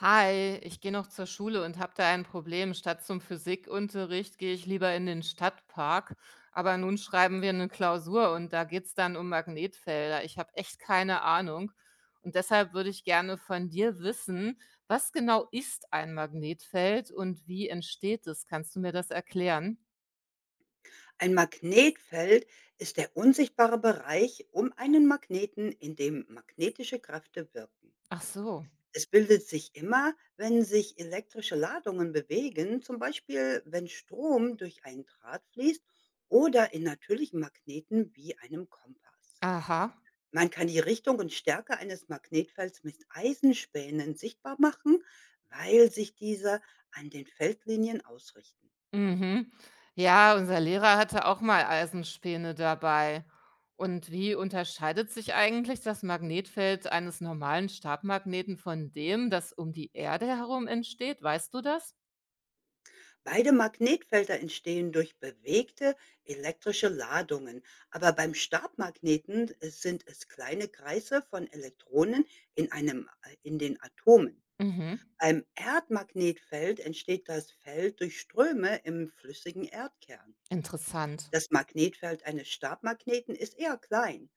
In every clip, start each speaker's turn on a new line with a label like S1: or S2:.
S1: Hi, ich gehe noch zur Schule und habe da ein Problem. Statt zum Physikunterricht gehe ich lieber in den Stadtpark. Aber nun schreiben wir eine Klausur und da geht's dann um Magnetfelder. Ich habe echt keine Ahnung. Und deshalb würde ich gerne von dir wissen, was genau ist ein Magnetfeld und wie entsteht es? Kannst du mir das erklären?
S2: Ein Magnetfeld ist der unsichtbare Bereich um einen Magneten, in dem magnetische Kräfte wirken.
S1: Ach so.
S2: Es bildet sich immer, wenn sich elektrische Ladungen bewegen, zum Beispiel wenn Strom durch einen Draht fließt oder in natürlichen Magneten wie einem Kompass.
S1: Aha.
S2: Man kann die Richtung und Stärke eines Magnetfelds mit Eisenspänen sichtbar machen, weil sich diese an den Feldlinien ausrichten.
S1: Mhm. Ja, unser Lehrer hatte auch mal Eisenspäne dabei. Und wie unterscheidet sich eigentlich das Magnetfeld eines normalen Stabmagneten von dem, das um die Erde herum entsteht? Weißt du das?
S2: Beide Magnetfelder entstehen durch bewegte elektrische Ladungen, aber beim Stabmagneten es sind es kleine Kreise von Elektronen in einem in den Atomen.
S1: Mhm.
S2: Beim Erdmagnetfeld entsteht das Feld durch Ströme im flüssigen Erdkern.
S1: Interessant.
S2: Das Magnetfeld eines Stabmagneten ist eher klein.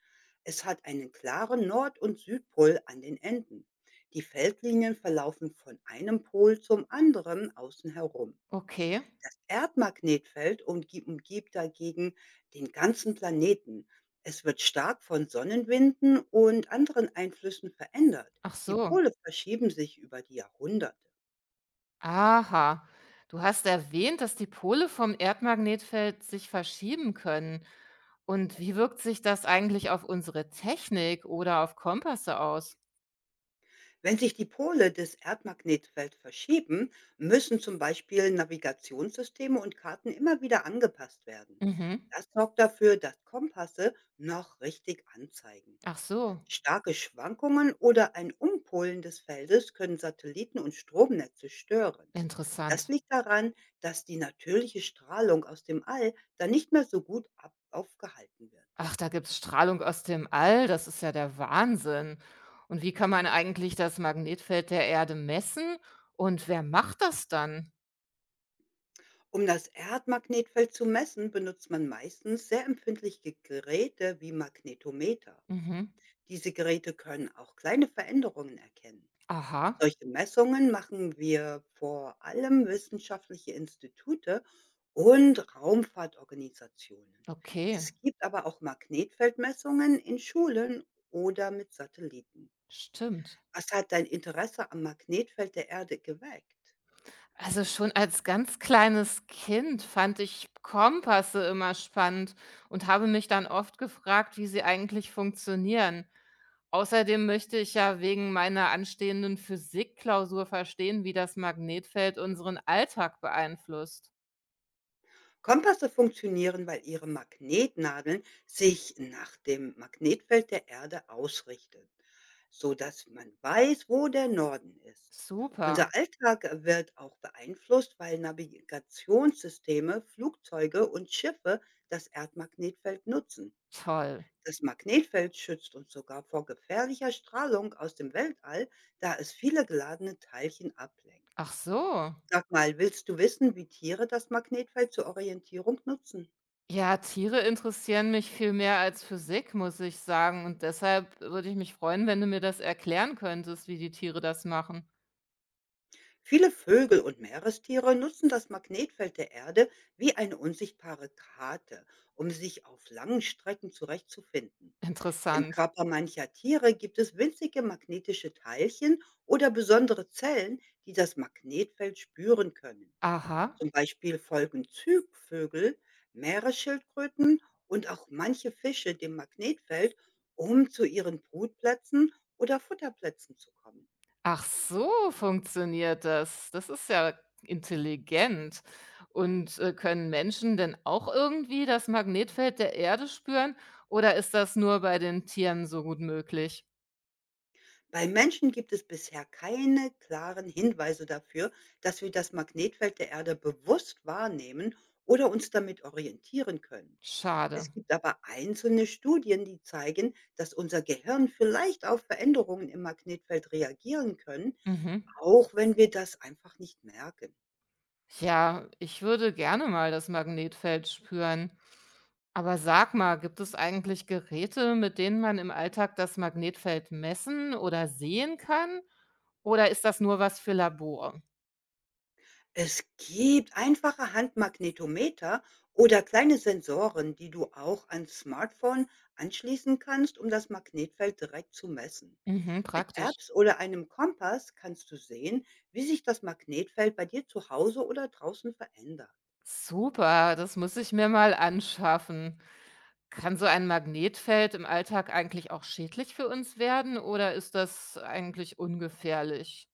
S2: Es hat einen klaren Nord- und Südpol an den Enden. Die Feldlinien verlaufen von einem Pol zum anderen außen herum.
S1: Okay.
S2: Das Erdmagnetfeld umgibt dagegen den ganzen Planeten. Es wird stark von Sonnenwinden und anderen Einflüssen verändert.
S1: Ach
S2: Die
S1: so.
S2: Pole verschieben sich über die Jahrhunderte.
S1: Aha. Du hast erwähnt, dass die Pole vom Erdmagnetfeld sich verschieben können. Und wie wirkt sich das eigentlich auf unsere Technik oder auf Kompasse aus?
S2: Wenn sich die Pole des Erdmagnetfelds verschieben, müssen zum Beispiel Navigationssysteme und Karten immer wieder angepasst werden.
S1: Mhm.
S2: Das sorgt dafür, dass Kompasse noch richtig anzeigen.
S1: Ach so.
S2: Starke Schwankungen oder ein Umpolen des Feldes können Satelliten und Stromnetze stören. Das
S1: Interessant.
S2: liegt daran, dass die natürliche Strahlung aus dem All dann nicht mehr so gut ab aufgehalten wird.
S1: Ach, da gibt's Strahlung aus dem All, das ist ja der Wahnsinn. Und wie kann man eigentlich das Magnetfeld der Erde messen und wer macht das dann?
S2: Um das Erdmagnetfeld zu messen, benutzt man meistens sehr empfindliche Geräte wie Magnetometer.
S1: Mhm.
S2: Diese Geräte können auch kleine Veränderungen erkennen.
S1: Aha,
S2: Solche Messungen machen wir vor allem wissenschaftliche Institute und Raumfahrtorganisationen.
S1: okay,
S2: Es gibt aber auch Magnetfeldmessungen in Schulen oder mit Satelliten.
S1: stimmt.
S2: Was hat dein Interesse am Magnetfeld der Erde geweckt?
S1: Also schon als ganz kleines Kind fand ich Kompasse immer spannend und habe mich dann oft gefragt, wie sie eigentlich funktionieren. Außerdem möchte ich ja wegen meiner anstehenden Physikklausur verstehen, wie das Magnetfeld unseren Alltag beeinflusst.
S2: Kompasse funktionieren, weil ihre Magnetnadeln sich nach dem Magnetfeld der Erde ausrichten, so dass man weiß, wo der Norden ist. Unser
S1: Super,
S2: Alltag wird auch beeinflusst, weil Navigationssysteme, Flugzeuge und Schiffe das Erdmagnetfeld nutzen.
S1: toll.
S2: Das Magnetfeld schützt uns sogar vor gefährlicher Strahlung aus dem Weltall, da es viele geladene Teilchen ablenkt.
S1: Ach so.
S2: Sag mal, willst du wissen, wie Tiere das Magnetfeld zur Orientierung nutzen?
S1: Ja, Tiere interessieren mich viel mehr als Physik, muss ich sagen. Und deshalb würde ich mich freuen, wenn du mir das erklären könntest, wie die Tiere das machen.
S2: Viele Vögel und Meerestiere nutzen das Magnetfeld der Erde wie eine unsichtbare Karte, um sich auf langen Strecken zurechtzufinden. Im
S1: Interessant.
S2: Körper mancher Tiere gibt es winzige magnetische Teilchen oder besondere Zellen, die das Magnetfeld spüren können.
S1: Aha.
S2: Zum Beispiel folgen Zugvögel, Meeresschildkröten und auch manche Fische dem Magnetfeld, um zu ihren Brutplätzen oder Futterplätzen zu kommen.
S1: Ach so, funktioniert das. Das ist ja intelligent. Können Menschen denn auch irgendwie das Magnetfeld der Erde spüren oder ist das nur bei den Tieren so gut möglich?
S2: Bei Menschen gibt es bisher keine klaren Hinweise dafür, dass wir das Magnetfeld der Erde bewusst wahrnehmen oder uns damit orientieren können.
S1: Schade.
S2: Es gibt aber einzelne Studien, die zeigen, dass unser Gehirn vielleicht auf Veränderungen im Magnetfeld reagieren können,
S1: Mhm.
S2: auch wenn wir das einfach nicht merken.
S1: Ja, ich würde gerne mal das Magnetfeld spüren. Aber sag mal, gibt es eigentlich Geräte, mit denen man im Alltag das Magnetfeld messen oder sehen kann? Oder ist das nur was für Labore?
S2: Es gibt einfache Handmagnetometer oder kleine Sensoren, die du auch ans Smartphone anschließen kannst, um das Magnetfeld direkt zu messen.
S1: Mhm,
S2: Mit
S1: praktisch.
S2: Apps oder einem Kompass kannst du sehen, wie sich das Magnetfeld bei dir zu Hause oder draußen verändert.
S1: Super, das muss ich mir mal anschaffen. Kann so ein Magnetfeld im Alltag eigentlich auch schädlich für uns werden oder ist das eigentlich ungefährlich?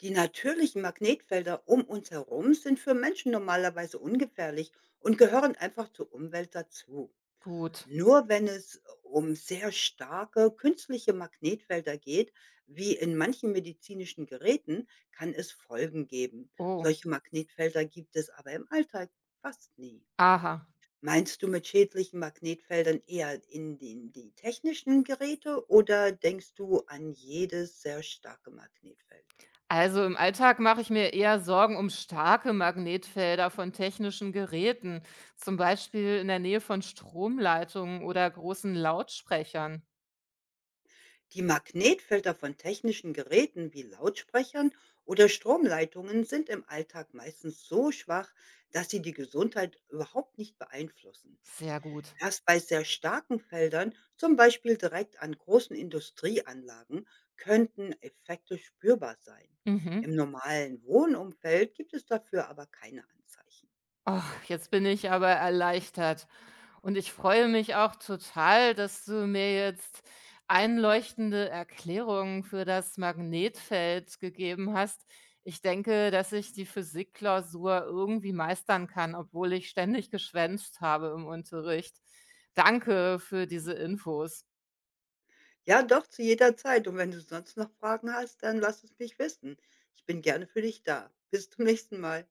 S2: Die natürlichen Magnetfelder um uns herum sind für Menschen normalerweise ungefährlich und gehören einfach zur Umwelt dazu.
S1: Gut.
S2: Nur wenn es um sehr starke künstliche Magnetfelder geht, wie in manchen medizinischen Geräten, kann es Folgen geben.
S1: Oh,
S2: Solche Magnetfelder gibt es aber im Alltag fast nie.
S1: aha.
S2: Meinst du mit schädlichen Magnetfeldern eher die technischen Geräte oder denkst du an jedes sehr starke Magnetfeld?
S1: Also im Alltag mache ich mir eher Sorgen um starke Magnetfelder von technischen Geräten, zum Beispiel in der Nähe von Stromleitungen oder großen Lautsprechern.
S2: Die Magnetfelder von technischen Geräten wie Lautsprechern oder Stromleitungen sind im Alltag meistens so schwach, dass sie die Gesundheit überhaupt nicht beeinflussen.
S1: Sehr gut.
S2: Erst bei sehr starken Feldern, zum Beispiel direkt an großen Industrieanlagen, könnten Effekte spürbar sein. Im
S1: Mhm.
S2: normalen Wohnumfeld gibt es dafür aber keine Anzeichen.
S1: Ach, jetzt bin ich aber erleichtert. Und ich freue mich auch total, dass du mir jetzt einleuchtende Erklärungen für das Magnetfeld gegeben hast. Ich denke, dass ich die Physikklausur irgendwie meistern kann, obwohl ich ständig geschwänzt habe im Unterricht. Danke für diese Infos.
S2: Ja, doch, zu jeder Zeit. Und wenn du sonst noch Fragen hast, dann lass es mich wissen. Ich bin gerne für dich da. Bis zum nächsten Mal.